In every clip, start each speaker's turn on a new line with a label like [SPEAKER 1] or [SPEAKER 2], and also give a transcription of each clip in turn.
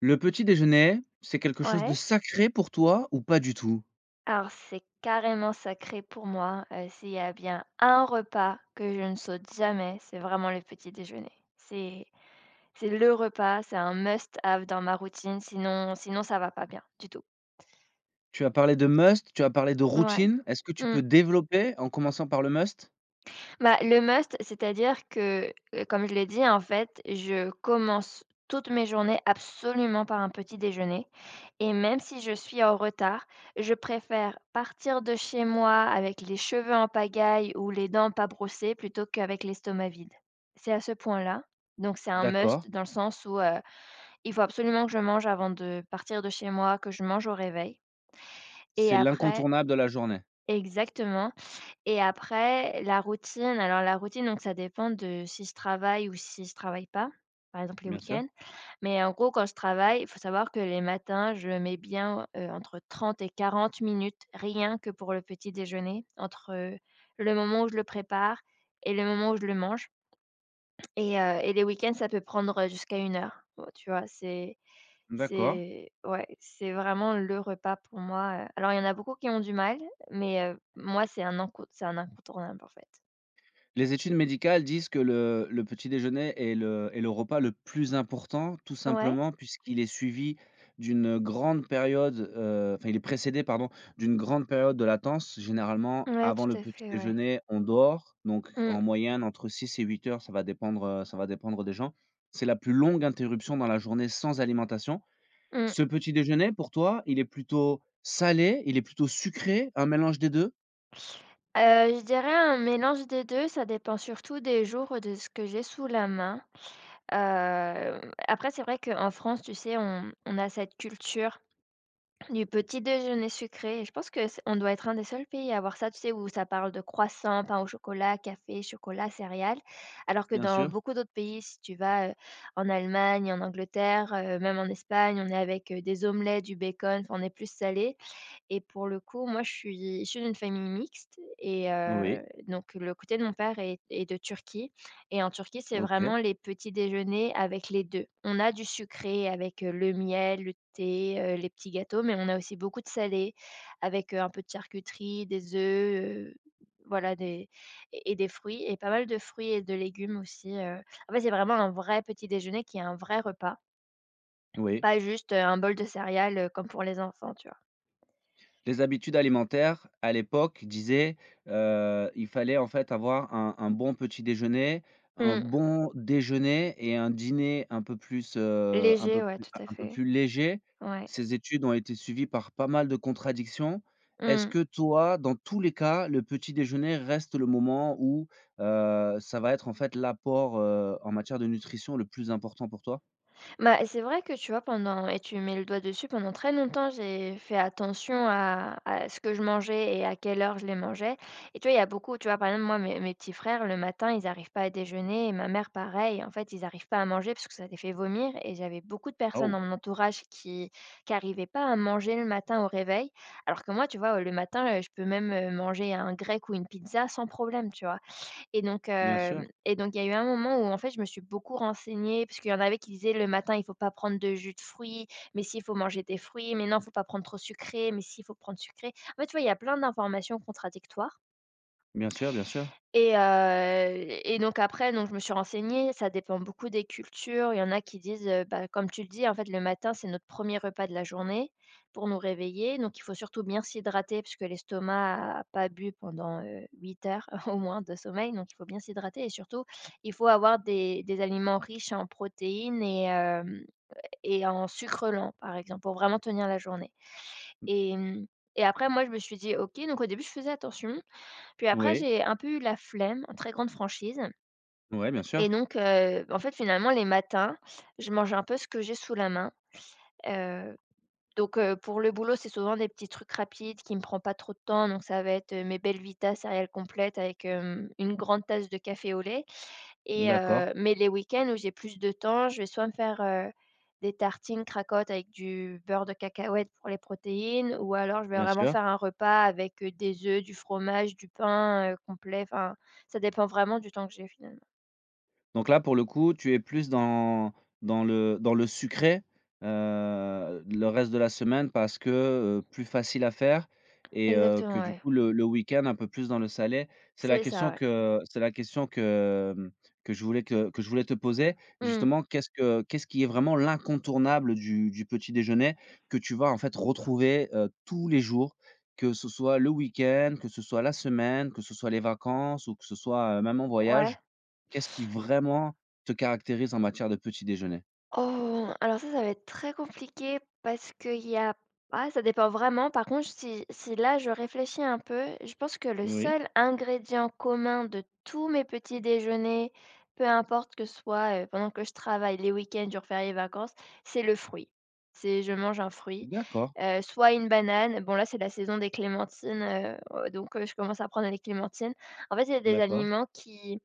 [SPEAKER 1] Le petit déjeuner, c'est quelque chose de
[SPEAKER 2] Ouais,
[SPEAKER 1] sacré pour toi ou pas du tout?
[SPEAKER 2] alors c'est carrément sacré pour moi. S'il y a bien un repas que je ne saute jamais, c'est vraiment le petit déjeuner. C'est c'est le repas, c'est un must have dans ma routine, sinon ça va pas bien du tout.
[SPEAKER 1] Tu as parlé de must, tu as parlé de
[SPEAKER 2] Ouais.
[SPEAKER 1] routine. Est-ce que tu peux
[SPEAKER 2] Mmh.
[SPEAKER 1] développer en commençant par le must?
[SPEAKER 2] Bah, le must, c'est-à-dire que, comme je l'ai dit, en fait, je commence toutes mes journées absolument par un petit déjeuner et même si je suis en retard, je préfère partir de chez moi avec les cheveux en pagaille ou les dents pas brossées plutôt qu'avec l'estomac vide. C'est à ce point-là, donc c'est un
[SPEAKER 1] D'accord.
[SPEAKER 2] must dans le sens où, il faut absolument que je mange avant de partir de chez moi, que je mange au réveil et
[SPEAKER 1] C'est
[SPEAKER 2] après.
[SPEAKER 1] l'incontournable de la journée,
[SPEAKER 2] Exactement. Et après, la routine, alors la routine, donc ça dépend de si je travaille ou si je travaille pas, par exemple les
[SPEAKER 1] bien sûr.
[SPEAKER 2] week-ends. Mais en gros, quand je travaille, il faut savoir que les matins, je mets bien, entre 30 et 40 minutes, rien que pour le petit déjeuner, entre, le moment où je le prépare et le moment où je le mange. Et les week-ends, ça peut prendre, jusqu'à 1 heure. Bon, tu vois, c'est
[SPEAKER 1] D'accord.
[SPEAKER 2] c'est ouais, c'est vraiment le repas pour moi. Alors il y en a beaucoup qui ont du mal, mais moi, c'est un incontournable, en fait.
[SPEAKER 1] Les études médicales disent que le petit déjeuner est le repas le plus important, tout
[SPEAKER 2] Ouais,
[SPEAKER 1] simplement puisqu'il est suivi d'une grande période, enfin il est précédé, pardon, d'une grande période de latence. Généralement,
[SPEAKER 2] ouais,
[SPEAKER 1] avant le
[SPEAKER 2] tout à
[SPEAKER 1] petit
[SPEAKER 2] fait, ouais.
[SPEAKER 1] déjeuner, on dort, donc en
[SPEAKER 2] Mmh,
[SPEAKER 1] moyenne entre 6 et 8 heures. Ça va dépendre, ça va dépendre des gens. C'est la plus longue interruption dans la journée sans alimentation.
[SPEAKER 2] mmh.
[SPEAKER 1] Ce petit déjeuner pour toi, il est plutôt salé, il est plutôt sucré, un mélange des deux?
[SPEAKER 2] Je dirais un mélange des 2. Ça dépend surtout des jours, de ce que j'ai sous la main. Après c'est vrai qu'en France, tu sais, on a cette culture du petit déjeuner sucré et je pense que c on doit être un des seuls pays à avoir ça, tu sais, où ça parle de croissant, pain au chocolat, café, chocolat, céréales. Alors que
[SPEAKER 1] Bien
[SPEAKER 2] dans
[SPEAKER 1] sûr.
[SPEAKER 2] beaucoup d'autres pays, si tu vas, en Allemagne, en Angleterre, même en Espagne, on est avec, des omelettes, du bacon, enfin on est plus salé. Et pour le coup, moi, je suis issue d'une famille mixte
[SPEAKER 1] Oui,
[SPEAKER 2] donc le côté de mon père est de Turquie et en Turquie, c'est
[SPEAKER 1] OK,
[SPEAKER 2] vraiment les petits déjeuners avec les 2. On a du sucré avec, le miel, le thé, les petits gâteaux, mais on a aussi beaucoup de salé avec, un peu de charcuterie, des œufs, voilà des et des fruits et pas mal de fruits et de légumes aussi. En fait, c'est vraiment un vrai petit déjeuner qui est un vrai repas,
[SPEAKER 1] oui.
[SPEAKER 2] pas juste, un bol de céréales, comme pour les enfants, tu vois?
[SPEAKER 1] Les habitudes alimentaires, à l'époque, disaient, il fallait en fait avoir un bon petit déjeuner, un
[SPEAKER 2] Mmh.
[SPEAKER 1] bon déjeuner et un dîner un peu plus,
[SPEAKER 2] Léger, ouais, tout à
[SPEAKER 1] un peu
[SPEAKER 2] fait.
[SPEAKER 1] plus léger.
[SPEAKER 2] Ouais.
[SPEAKER 1] Ces études ont été suivies par pas mal de contradictions. Est-ce
[SPEAKER 2] Mmh.
[SPEAKER 1] que toi, dans tous les cas, le petit déjeuner reste le moment où, ça va être en fait l'apport, en matière de nutrition le plus important pour toi?
[SPEAKER 2] Bah, c'est vrai que, tu vois, pendant et tu mets le doigt dessus, pendant très longtemps, j'ai fait attention à ce que je mangeais et à quelle heure je les mangeais. Et tu vois, il y a beaucoup, tu vois, par exemple, moi, mes petits frères, le matin, ils arrivent pas à déjeuner et ma mère, pareil. En fait, ils arrivent pas à manger parce que ça les fait vomir et j'avais beaucoup de
[SPEAKER 1] Ah,
[SPEAKER 2] personnes
[SPEAKER 1] oh!
[SPEAKER 2] dans mon entourage qui n'arrivaient pas à manger le matin au réveil. Alors que moi, tu vois, le matin, je peux même, manger un grec ou une pizza sans problème, tu vois? Et donc,
[SPEAKER 1] Bien sûr,
[SPEAKER 2] hem et donc il y a eu un moment où en fait je me suis beaucoup renseignée parce qu'il y en avait qui disaient: «Le matin, il faut pas prendre de jus de fruits, mais si, il faut manger des fruits, mais non, faut pas prendre trop sucré, mais si, faut prendre sucré». En fait, tu vois, il y a plein d'informations contradictoires
[SPEAKER 1] bien sûr, bien sûr.
[SPEAKER 2] et heu et donc après, donc je me suis renseignée, ça dépend beaucoup des cultures. Il y en a qui disent, bah, comme tu le dis, en fait, le matin, c'est notre premier repas de la journée pour nous réveiller, donc il faut surtout bien s'hydrater puisque l'estomac n'a pas bu pendant, 8 heures au moins de sommeil, donc il faut bien s'hydrater et surtout, il faut avoir des aliments riches en protéines et en sucre lent, par exemple, pour vraiment tenir la journée et mmh et après moi, je me suis dit: «OK», donc au début, je faisais attention puis après,
[SPEAKER 1] Oui,
[SPEAKER 2] j'ai un peu eu la flemme, en très grande franchise
[SPEAKER 1] ouais, bien
[SPEAKER 2] et
[SPEAKER 1] sûr.
[SPEAKER 2] donc heu, en fait, finalement, les matins, je mange un peu ce que j'ai sous la main, heu donc pour le boulot, c'est souvent des petits trucs rapides qui me prend pas trop de temps, donc ça va être, mes Belvita céréales complètes avec, une grande tasse de café au lait
[SPEAKER 1] D'accord,
[SPEAKER 2] mais les week-ends où j'ai plus de temps, je vais soit me faire, des tartines cracottes avec du beurre de cacahuète pour les protéines ou alors je vais
[SPEAKER 1] bien
[SPEAKER 2] vraiment
[SPEAKER 1] sûr.
[SPEAKER 2] faire un repas avec, des œufs, du fromage, du pain, complet, enfin, ça dépend vraiment du temps que j'ai finalement.
[SPEAKER 1] Donc là, pour le coup, tu es plus dans dans le sucré, le reste de la semaine parce que, plus facile à faire, et que
[SPEAKER 2] Exactement,
[SPEAKER 1] du
[SPEAKER 2] ouais.
[SPEAKER 1] coup le week-end un peu plus dans le salé. C'est la
[SPEAKER 2] C'est
[SPEAKER 1] question
[SPEAKER 2] ça, ouais.
[SPEAKER 1] que que je voulais, que je voulais te poser.
[SPEAKER 2] Mmh.
[SPEAKER 1] Justement, qu'est-ce qui est vraiment l'incontournable du petit déjeuner que tu vas en fait retrouver, tous les jours? Que ce soit le week-end, que ce soit la semaine, que ce soit les vacances ou que ce soit, même en voyage?
[SPEAKER 2] Ouais.
[SPEAKER 1] Qu'est-ce qui vraiment te caractérise en matière de petit déjeuner?
[SPEAKER 2] Oh, alors ça va être très compliqué parce qu'il y a ah, ça dépend vraiment. Par contre, si là je réfléchis un peu, je pense que le
[SPEAKER 1] Oui.
[SPEAKER 2] seul ingrédient commun de tous mes petits déjeuners, peu importe que ce soit pendant que je travaille, les week-ends, jours fériés, vacances, c'est le fruit. C'est Je mange un fruit,
[SPEAKER 1] D'accord,
[SPEAKER 2] soit une banane. Bon là, c'est la saison des clémentines, donc je commence à prendre les clémentines. En fait, il y a des
[SPEAKER 1] d'accord.
[SPEAKER 2] aliments qui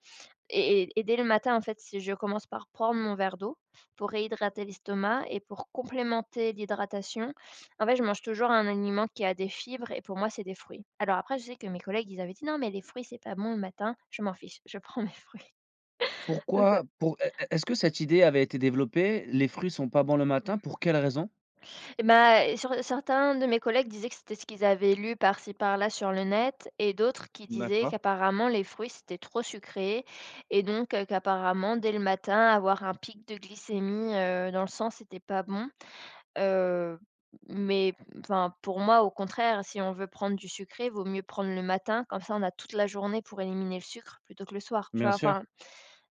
[SPEAKER 2] dès le matin, en fait, si je commence par prendre mon verre d'eau pour réhydrater l'estomac et pour complémenter l'hydratation, en fait, je mange toujours un aliment qui a des fibres et pour moi, c'est des fruits. Alors après, je sais que mes collègues, ils avaient dit: «Non mais les fruits, c'est pas bon le matin». Je m'en fiche, je prends mes fruits. Donc
[SPEAKER 1] Pourquoi, pour est est est-ce que cette idée avait été développée? Les fruits sont pas bons le matin, pour quelle raison?
[SPEAKER 2] et bah, certains de mes collègues disaient que c'était ce qu'ils avaient lu par-ci par-là sur le net et d'autres qui disaient
[SPEAKER 1] D'accord,
[SPEAKER 2] qu'apparemment les fruits, c'était trop sucré et donc, qu'apparemment dès le matin, avoir un pic de glycémie, dans le sang, c'était pas bon. Heu, mais enfin, pour moi, au contraire, si on veut prendre du sucré, vaut mieux prendre le matin, comme ça on a toute la journée pour éliminer le sucre plutôt que le soir, tu
[SPEAKER 1] bien
[SPEAKER 2] vois?
[SPEAKER 1] sûr,
[SPEAKER 2] Enfin,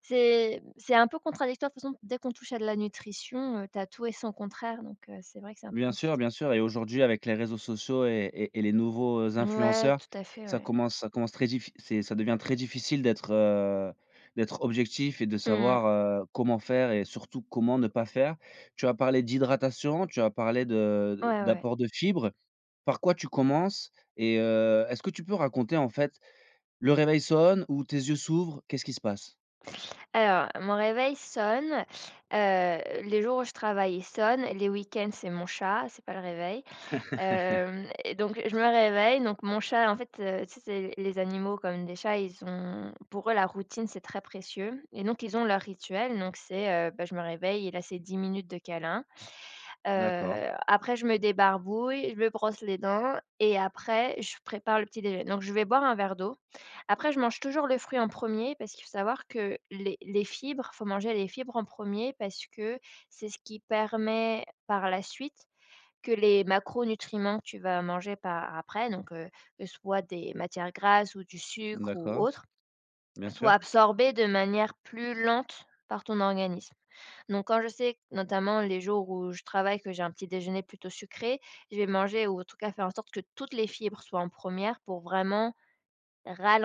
[SPEAKER 2] c'est un peu contradictoire. De toute façon, dès qu'on touche à de la nutrition, tu as tout et son contraire, donc c'est vrai que c'est un peu
[SPEAKER 1] bien sûr,
[SPEAKER 2] compliqué.
[SPEAKER 1] bien sûr, et aujourd'hui avec les réseaux sociaux et et les nouveaux,
[SPEAKER 2] Ouais,
[SPEAKER 1] influenceurs,
[SPEAKER 2] tout à fait,
[SPEAKER 1] ça
[SPEAKER 2] ouais.
[SPEAKER 1] commence, ça commence très diffi c'est ça devient très difficile d'être, d'être objectif et de
[SPEAKER 2] Mmh.
[SPEAKER 1] savoir, comment faire et surtout comment ne pas faire. Tu as parlé d'hydratation, tu as parlé de
[SPEAKER 2] Ouais, ouais.
[SPEAKER 1] d'apport de fibres. Par quoi tu commences? Et est-ce que tu peux raconter, en fait, le réveil sonne ou tes yeux s'ouvrent, qu'est-ce qui se passe?
[SPEAKER 2] Alors, mon réveil sonne, les jours où je travaille, il sonne, les week-ends, c'est mon chat, c'est pas le réveil. Hem Et donc je me réveille, donc mon chat en fait, tu sais, c'est les animaux comme des chats, ils ont pour eux, la routine, c'est très précieux et donc ils ont leur rituel. Donc c'est, bah, je me réveille et là, c'est 10 minutes de câlin.
[SPEAKER 1] D'accord,
[SPEAKER 2] Après je me débarbouille, je me brosse les dents et après je prépare le petit déjeuner. Donc je vais boire un verre d'eau. Après je mange toujours le fruit en premier, parce qu'il faut savoir que les fibres, faut manger les fibres en premier, parce que c'est ce qui permet par la suite que les macronutriments que tu vas manger par après, donc que ce soit des matières grasses ou du sucre ou
[SPEAKER 1] d'accord,
[SPEAKER 2] autre,
[SPEAKER 1] bien
[SPEAKER 2] soient
[SPEAKER 1] sûr.
[SPEAKER 2] absorbés de manière plus lente par ton organisme. Donc quand je sais, notamment les jours où je travaille, que j'ai un petit déjeuner plutôt sucré, je vais manger ou en tout cas faire en sorte que toutes les fibres soient en première pour vraiment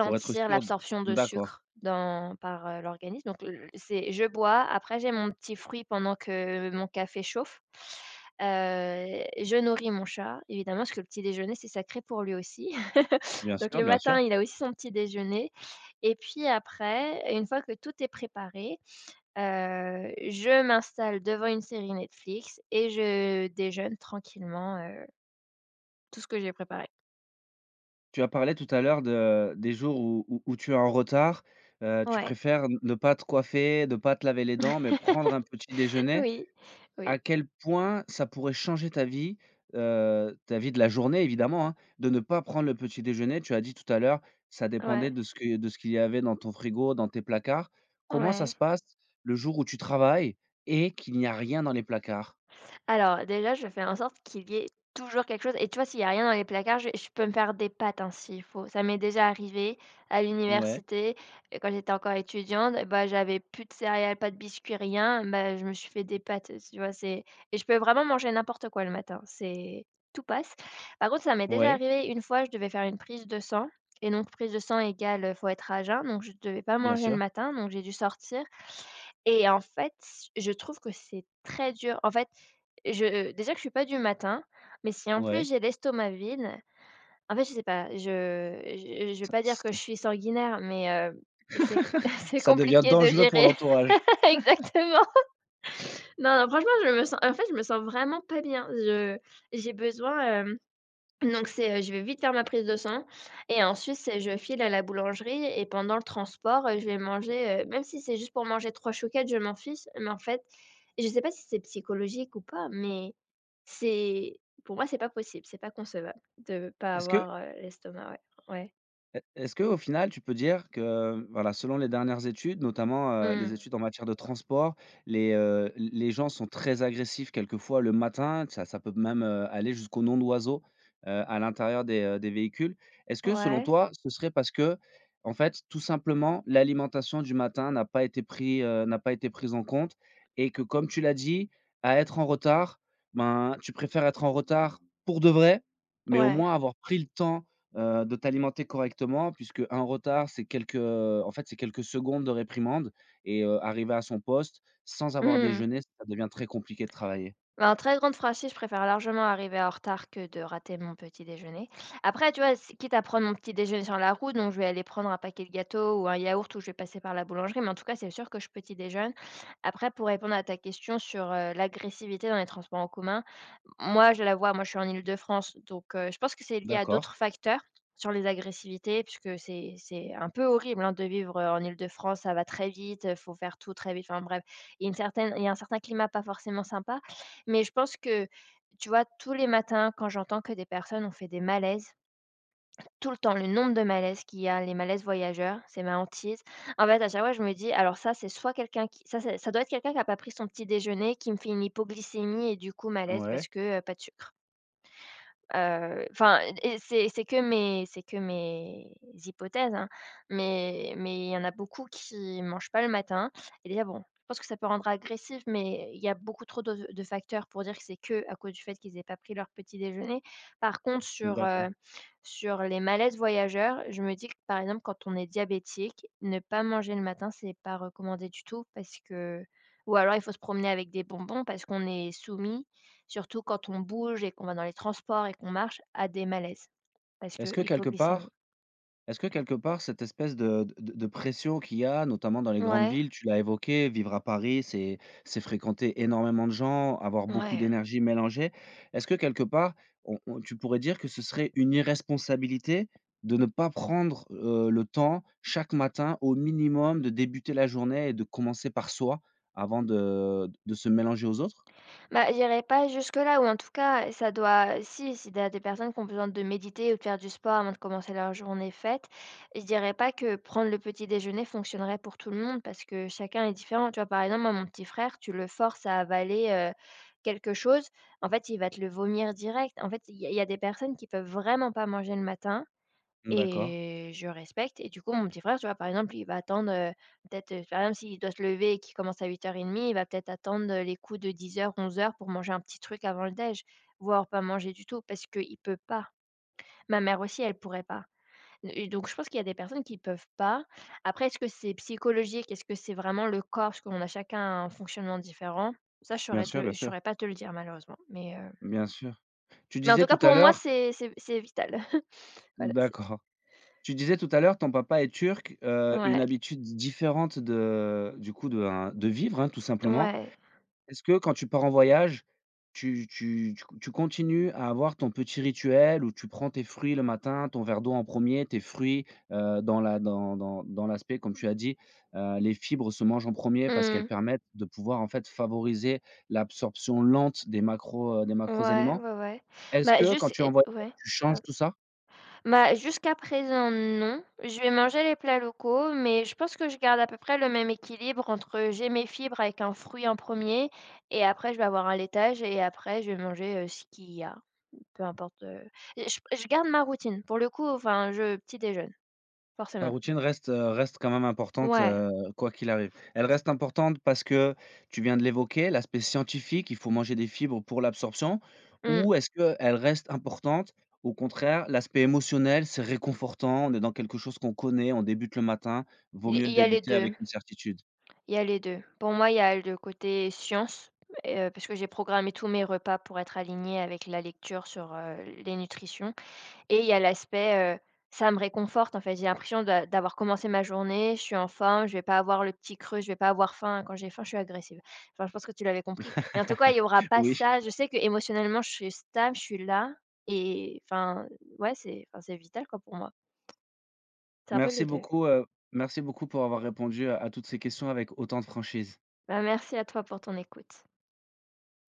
[SPEAKER 1] Pour être sûr d
[SPEAKER 2] l'absorption de
[SPEAKER 1] D'accord,
[SPEAKER 2] sucre dans par, l'organisme donc l c'est je bois, après j'ai mon petit fruit pendant que mon café chauffe. Heu, je nourris mon chat évidemment parce que le petit déjeuner, c'est sacré pour lui aussi.
[SPEAKER 1] bien
[SPEAKER 2] Donc
[SPEAKER 1] sûr,
[SPEAKER 2] le
[SPEAKER 1] bien
[SPEAKER 2] matin,
[SPEAKER 1] sûr.
[SPEAKER 2] il a aussi son petit déjeuner et puis après, une fois que tout est préparé, je m'installe devant une série Netflix et je déjeune tranquillement, tout ce que j'ai préparé.
[SPEAKER 1] Tu as parlé tout à l'heure de des jours où tu es en retard, tu
[SPEAKER 2] Ouais.
[SPEAKER 1] préfères n ne pas te coiffer, ne pas te laver les dents, mais prendre un petit déjeuner.
[SPEAKER 2] Oui, oui,
[SPEAKER 1] À quel point ça pourrait changer ta vie de la journée évidemment, hein, de ne pas prendre le petit déjeuner. Tu as dit tout à l'heure, ça dépendait
[SPEAKER 2] ouais.
[SPEAKER 1] de ce qu'il y avait dans ton frigo, dans tes placards. Comment ça
[SPEAKER 2] Ouais.
[SPEAKER 1] se passe le jour où tu travailles et qu'il n'y a rien dans les placards?
[SPEAKER 2] Alors déjà, je fais en sorte qu'il y ait toujours quelque chose et tu vois, s'il y a rien dans les placards, je peux me faire des pâtes, hein, s'il faut. Ça m'est déjà arrivé à
[SPEAKER 1] Ouais,
[SPEAKER 2] l'université, quand j'étais encore étudiante, et bah, j'avais plus de céréales, pas de biscuits, rien, bah, je me suis fait des pâtes, tu vois? C'est Et je peux vraiment manger n'importe quoi le matin, c'est tout passe. Par contre, ça m'est déjà
[SPEAKER 1] ouais,
[SPEAKER 2] arrivé une fois, je devais faire une prise de sang et donc prise de sang égale, faut être à jeun, donc je ne devais pas
[SPEAKER 1] bien
[SPEAKER 2] manger le
[SPEAKER 1] sûr,
[SPEAKER 2] matin, donc j'ai dû sortir. Et en fait, je trouve que c'est très dur. En fait, je déjà que je suis pas du matin, mais si en
[SPEAKER 1] ouais.
[SPEAKER 2] plus j'ai l'estomac vide, en fait, je sais pas, je vais pas dire que je suis sanguinaire, mais c'est c'est
[SPEAKER 1] Ça devient
[SPEAKER 2] compliqué de
[SPEAKER 1] dangereux pour
[SPEAKER 2] gérer.
[SPEAKER 1] l'entourage.
[SPEAKER 2] Exactement. Non, non, franchement, je me sens en fait, je me sens vraiment pas bien. Je j'ai besoin, donc c'est, je vais vite faire ma prise de sang et ensuite c'est je file à la boulangerie et pendant le transport, je vais manger, même si c'est juste pour manger 3 chouquettes, je m'en fiche, mais en fait, je sais pas si c'est psychologique ou pas, mais c'est pour moi, c'est pas possible, c'est pas concevable de pas
[SPEAKER 1] Est-ce que
[SPEAKER 2] avoir, l'estomac, ouais. Ouais.
[SPEAKER 1] E est-ce que au final, tu peux dire que, voilà, selon les dernières études, notamment, les
[SPEAKER 2] Mmh.
[SPEAKER 1] études en matière de transport, les gens sont très agressifs quelquefois le matin, ça peut même, aller jusqu'au nom d'oiseaux, à l'intérieur des véhicules. Est-ce que selon
[SPEAKER 2] Ouais.
[SPEAKER 1] toi, ce serait parce que en fait, tout simplement, l'alimentation du matin n'a pas été n'a pas été prise en compte, et que comme tu l'as dit, à être en retard, ben, tu préfères être en retard pour de vrai, mais au
[SPEAKER 2] Ouais.
[SPEAKER 1] moins avoir pris le temps, de t'alimenter correctement puisque un retard, c'est quelques, c'est quelques secondes de réprimande, et arrivé à son poste sans avoir
[SPEAKER 2] Mmh.
[SPEAKER 1] déjeuné, ça devient très compliqué de travailler.
[SPEAKER 2] Mais en très grande franchise, je préfère largement arriver en retard que de rater mon petit déjeuner. Après, tu vois, s quitte à prendre mon petit déjeuner sur la route, donc je vais aller prendre un paquet de gâteaux ou un yaourt ou je vais passer par la boulangerie, mais en tout cas, c'est sûr que je petit déjeune. Après, pour répondre à ta question sur, l'agressivité dans les transports en commun, moi, je la vois, moi je suis en Île-de-France, donc je pense que c'est lié à
[SPEAKER 1] D'accord.
[SPEAKER 2] d'autres facteurs sur les agressivités puisque c'est un peu horrible, hein, de vivre, en Île-de-France. Ça va très vite, faut faire tout très vite, enfin bref, il y a une certaine il y a un certain climat pas forcément sympa. Mais je pense que, tu vois, tous les matins, quand j'entends que des personnes ont fait des malaises, tout le temps, le nombre de malaises qu'il y a, les malaises voyageurs, c'est ma hantise. En fait, à chaque fois, je me dis: «Alors ça, c'est soit quelqu'un qui ça c'est ça doit être quelqu'un qui a pas pris son petit déjeuner, qui me fait une hypoglycémie et du coup malaise
[SPEAKER 1] Ouais,
[SPEAKER 2] parce que, pas de sucre». Enfin et c'est que mes hypothèses, hein, mais il y en a beaucoup qui mangent pas le matin et déjà bon, je pense que ça peut rendre agressif, mais il y a beaucoup trop de facteurs pour dire que c'est que à cause du fait qu'ils aient pas pris leur petit déjeuner. Par contre sur,
[SPEAKER 1] d'accord.
[SPEAKER 2] sur les malaises voyageurs, je me dis que par exemple quand on est diabétique, ne pas manger le matin, c'est pas recommandé du tout parce que ou alors il faut se promener avec des bonbons parce qu'on est soumis surtout quand on bouge et qu'on va dans les transports et qu'on marche, à des malaises parce
[SPEAKER 1] Est-ce
[SPEAKER 2] que
[SPEAKER 1] que quelque
[SPEAKER 2] hypoglycémie.
[SPEAKER 1] part, est-ce que quelque part, cette espèce de pression qu'il y a, notamment dans les grandes
[SPEAKER 2] Ouais,
[SPEAKER 1] villes, tu l'as évoqué, vivre à Paris, c'est fréquenter énormément de gens, avoir beaucoup
[SPEAKER 2] ouais.
[SPEAKER 1] d'énergie mélangée. Est-ce que quelque part, on tu pourrais dire que ce serait une irresponsabilité de ne pas prendre, le temps chaque matin au minimum de débuter la journée et de commencer par soi avant de se mélanger aux autres?
[SPEAKER 2] Bah, j'irai pas jusque-là ou en tout cas, ça doit si, si tu des personnes qui ont besoin de méditer ou de faire du sport avant de commencer leur journée faite, je dirais pas que prendre le petit déjeuner fonctionnerait pour tout le monde parce que chacun est différent. Tu vois, par exemple, moi, mon petit frère, tu le forces à avaler, quelque chose, en fait, il va te le vomir direct. En fait, il y a des personnes qui peuvent vraiment pas manger le matin.
[SPEAKER 1] D'accord.
[SPEAKER 2] Et je respecte et du coup, mon petit frère, tu vois, par exemple, il va attendre, peut-être, par exemple, s'il doit se lever et qu'il commence à 08:30, il va peut-être attendre, les coups de 10 heures 11 heures pour manger un petit truc avant le déj, voire pas manger du tout parce qu'il ne peut pas. Ma mère aussi, elle pourrait pas. Et donc je pense qu'il y a des personnes qui peuvent pas. Après, est-ce que c'est psychologique? Est-ce que c'est vraiment le corps? Parce qu'on a chacun un fonctionnement différent. Ça, je
[SPEAKER 1] Bien
[SPEAKER 2] saurais
[SPEAKER 1] sûr, bien
[SPEAKER 2] te je
[SPEAKER 1] sûr,
[SPEAKER 2] saurais pas te le dire malheureusement, mais
[SPEAKER 1] bien sûr. Tu
[SPEAKER 2] mais en
[SPEAKER 1] disais
[SPEAKER 2] tout cas,
[SPEAKER 1] tout à
[SPEAKER 2] pour moi,
[SPEAKER 1] l'heure
[SPEAKER 2] c'est vital. Voilà, c'est
[SPEAKER 1] d'accord. Tu disais tout à l'heure, ton papa est turc, une
[SPEAKER 2] ouais,
[SPEAKER 1] habitude différente de du coup de un de vivre, hein, tout simplement.
[SPEAKER 2] ouais.
[SPEAKER 1] Est-ce que quand tu pars en voyage, tu continues à avoir ton petit rituel où tu prends tes fruits le matin, ton verre d'eau en premier, tes fruits, dans la dans dans dans l'aspect comme tu as dit, les fibres se mangent en premier parce qu'elles
[SPEAKER 2] Mmh.
[SPEAKER 1] permettent de pouvoir en fait favoriser l'absorption lente des macros
[SPEAKER 2] Ouais,
[SPEAKER 1] aliments.
[SPEAKER 2] ouais, ouais.
[SPEAKER 1] Est-ce
[SPEAKER 2] Bah,
[SPEAKER 1] que quand
[SPEAKER 2] juste
[SPEAKER 1] tu es en
[SPEAKER 2] et
[SPEAKER 1] voyage,
[SPEAKER 2] ouais,
[SPEAKER 1] tu changes
[SPEAKER 2] pardon.
[SPEAKER 1] tout ça?
[SPEAKER 2] Bah, jusqu'à présent, non. Je vais manger les plats locaux, mais je pense que je garde à peu près le même équilibre entre j'ai mes fibres avec un fruit en premier et après je vais avoir un laitage et après je vais manger, ce qu'il y a, peu importe, je garde ma routine. Pour le coup, enfin, je petit déjeune,
[SPEAKER 1] La
[SPEAKER 2] forcément.
[SPEAKER 1] routine reste, reste quand même importante,
[SPEAKER 2] Ouais,
[SPEAKER 1] quoi qu'il arrive. Elle reste importante parce que tu viens de l'évoquer, l'aspect scientifique, il faut manger des fibres pour l'absorption?
[SPEAKER 2] mmh,
[SPEAKER 1] Ou est-ce qu'elle reste importante, au contraire, l'aspect émotionnel, c'est réconfortant, on est dans quelque chose qu'on connaît, on débute le matin, vaut
[SPEAKER 2] il
[SPEAKER 1] mieux le
[SPEAKER 2] il y a les
[SPEAKER 1] débuter
[SPEAKER 2] 2.
[SPEAKER 1] avec une certitude.
[SPEAKER 2] Il y a les 2. Pour moi, il y a le côté science, et parce que j'ai programmé tous mes repas pour être alignée avec la lecture sur, les nutritions et il y a l'aspect, ça me réconforte, en fait. J'ai l'impression d'avoir commencé ma journée, je suis en forme, je vais pas avoir le petit creux, je vais pas avoir faim. Quand j'ai faim, je suis agressive. Enfin, je pense que tu l'avais compris, mais en tout cas, il y aura pas
[SPEAKER 1] Oui,
[SPEAKER 2] ça. Je sais que émotionnellement, je suis stable, je suis là et enfin, ouais, c'est enfin, c'est vital, quoi, pour moi. C'est un peu
[SPEAKER 1] merci
[SPEAKER 2] les 2.
[SPEAKER 1] beaucoup, heu, merci beaucoup pour avoir répondu à toutes ces questions avec autant de franchise.
[SPEAKER 2] Bah, merci à toi pour ton écoute.